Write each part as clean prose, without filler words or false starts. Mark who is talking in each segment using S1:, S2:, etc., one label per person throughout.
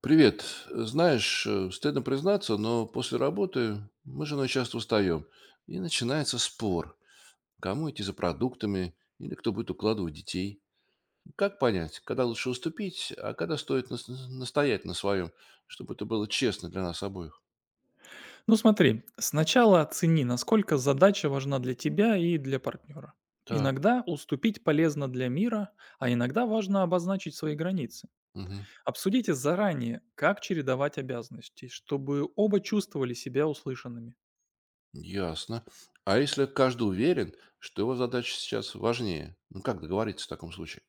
S1: Привет. Знаешь, стыдно признаться, но после работы мы с женой часто устаем. И начинается спор, кому идти за продуктами или кто будет укладывать детей. Как понять, когда лучше уступить, а когда стоит настоять на своем, чтобы это было честно для нас обоих?
S2: Ну смотри, сначала оцени, насколько задача важна для тебя и для партнера.
S1: Так,
S2: Иногда уступить полезно для мира, а иногда важно обозначить свои границы.
S1: мгм,
S2: Обсудите заранее, как чередовать обязанности, чтобы оба чувствовали себя услышанными.
S1: ясно. А если каждый уверен, что его задача сейчас важнее? Ну, как договориться в таком случае?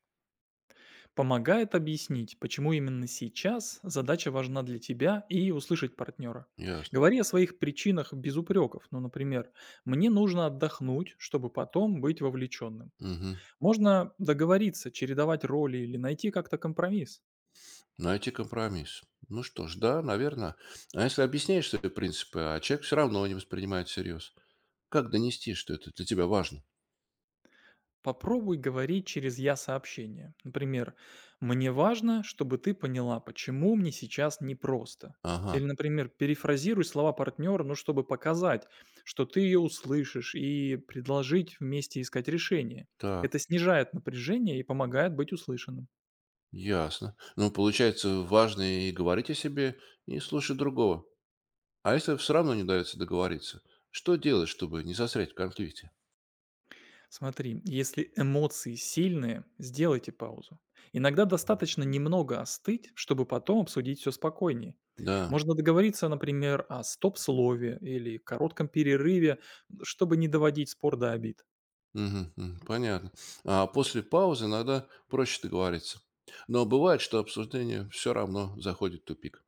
S2: Помогает объяснить, почему именно сейчас задача важна для тебя и услышать партнера.
S1: Ясно.
S2: Говори о своих причинах без упреков, ну, например, «мне нужно отдохнуть, чтобы потом быть вовлеченным».
S1: Мгм.
S2: Можно договориться, чередовать роли или найти как-то компромисс.
S1: Найти компромисс. Ну что ж, да, наверное. А если объясняешь свои принципы, а человек все равно не воспринимает всерьез, как донести, что это для тебя важно?
S2: Попробуй говорить через «я-сообщение». Например, «Мне важно, чтобы ты поняла, почему мне сейчас непросто».
S1: Ага,
S2: Или, например, перефразируй слова партнера, ну, чтобы показать, что ты ее услышишь, и предложить вместе искать решение.
S1: так,
S2: Это снижает напряжение и помогает быть услышанным.
S1: ясно. Ну, получается, важно и говорить о себе, и слушать другого. А если все равно не удается договориться, что делать, чтобы не застрять в конфликте?
S2: Смотри, если эмоции сильные, сделайте паузу. Иногда достаточно немного остыть, чтобы потом обсудить все спокойнее.
S1: Да,
S2: Можно договориться, например, о стоп-слове или коротком перерыве, чтобы не доводить спор до обид.
S1: мгм, мгм, понятно. А после паузы иногда проще договориться. Но бывает, что обсуждение все равно заходит в тупик.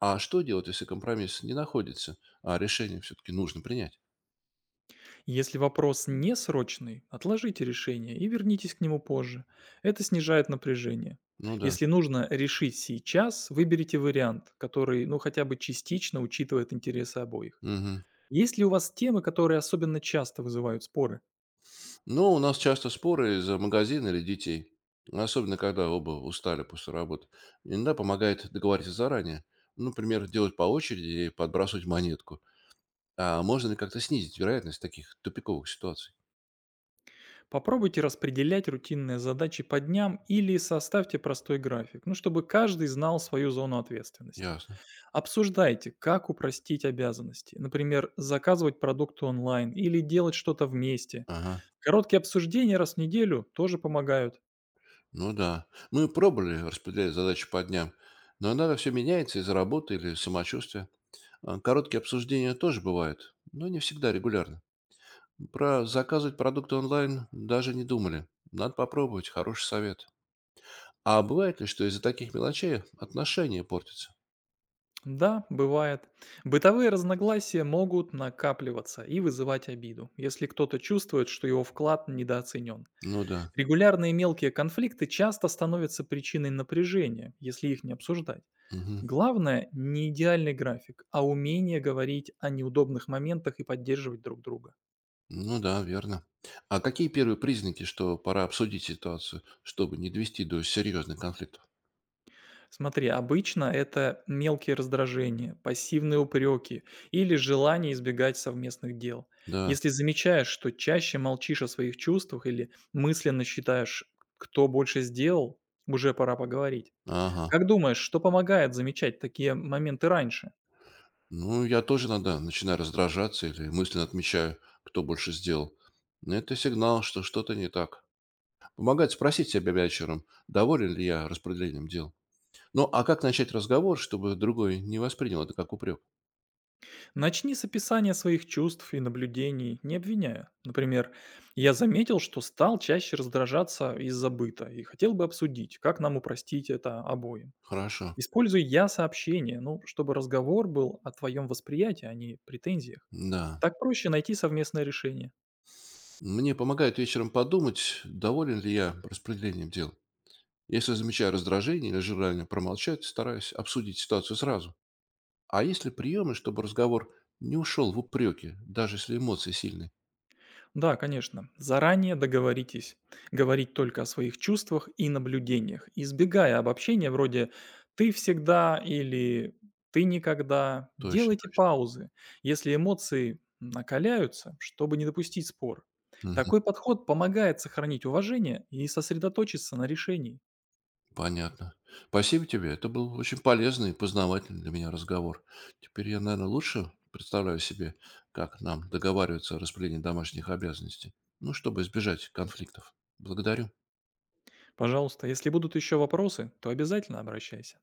S1: А что делать, если компромисс не находится, а решение все-таки нужно принять?
S2: Если вопрос не срочный, отложите решение и вернитесь к нему позже. Это снижает напряжение.
S1: Ну да.
S2: Если нужно решить сейчас, выберите вариант, который, ну, хотя бы частично учитывает интересы обоих.
S1: Мгм.
S2: Есть ли у вас темы, которые особенно часто вызывают споры?
S1: Ну, у нас часто споры из-за магазина или детей. Особенно, когда оба устали после работы. Иногда помогает договориться заранее. Ну, например, делать по очереди и подбрасывать монетку. А можно ли как-то снизить вероятность таких тупиковых ситуаций?
S2: Попробуйте распределять рутинные задачи по дням или составьте простой график, ну, чтобы каждый знал свою зону ответственности.
S1: Ясно.
S2: Обсуждайте, как упростить обязанности, например, заказывать продукты онлайн или делать что-то вместе.
S1: Ага.
S2: Короткие обсуждения раз в неделю тоже помогают.
S1: Ну да. Мы пробовали распределять задачи по дням, но иногда все меняется из-за работы или самочувствия. А короткие обсуждения тоже бывают, но не всегда регулярно. Про заказывать продукты онлайн даже не думали. Надо попробовать, хороший совет. А бывает ли, что из-за таких мелочей отношения портятся?
S2: Да, бывает. Бытовые разногласия могут накапливаться и вызывать обиду, если кто-то чувствует, что его вклад недооценен.
S1: Ну да.
S2: Регулярные мелкие конфликты часто становятся причиной напряжения, если их не обсуждать.
S1: Мгм.
S2: Главное — не идеальный график, а умение говорить о неудобных моментах и поддерживать друг друга.
S1: Ну да, верно. А какие первые признаки, что пора обсудить ситуацию, чтобы не довести до серьезных конфликтов?
S2: Смотри, обычно это мелкие раздражения, пассивные упреки или желание избегать совместных дел.
S1: Да.
S2: Если замечаешь, что чаще молчишь о своих чувствах или мысленно считаешь, кто больше сделал, уже пора поговорить.
S1: Ага.
S2: Как думаешь, что помогает замечать такие моменты раньше?
S1: Ну, я тоже иногда начинаю раздражаться или мысленно отмечаю, кто больше сделал. Но это сигнал, что что-то не так. Помогает спросить себя вечером, доволен ли я распределением дел. Ну, а как начать разговор, чтобы другой не воспринял это как упрек?
S2: Начни с описания своих чувств и наблюдений, не обвиняя. Например, «Я заметил, что стал чаще раздражаться из-за быта и хотел бы обсудить, как нам упростить это обоим».
S1: Хорошо.
S2: Используй «я» сообщение, ну, чтобы разговор был о твоем восприятии, а не претензиях.
S1: Да.
S2: Так проще найти совместное решение.
S1: Мне помогает вечером подумать, доволен ли я распределением дел. Если замечаю раздражение или желание промолчать, стараюсь обсудить ситуацию сразу. А если приемы, чтобы разговор не ушел в упреки, даже если эмоции сильные?
S2: Да, конечно. Заранее договоритесь. Говорить только о своих чувствах и наблюдениях, избегая обобщения вроде «ты всегда» или «ты никогда».
S1: Точно,
S2: Делайте
S1: точно.
S2: паузы, если эмоции накаляются, чтобы не допустить спор. Такой подход помогает сохранить уважение и сосредоточиться на решении.
S1: Понятно. Спасибо тебе. Это был очень полезный и познавательный для меня разговор. Теперь я, наверное, лучше представляю себе, как нам договариваться о распределении домашних обязанностей, ну, чтобы избежать конфликтов. Благодарю.
S2: Пожалуйста, если будут еще вопросы, то обязательно обращайся.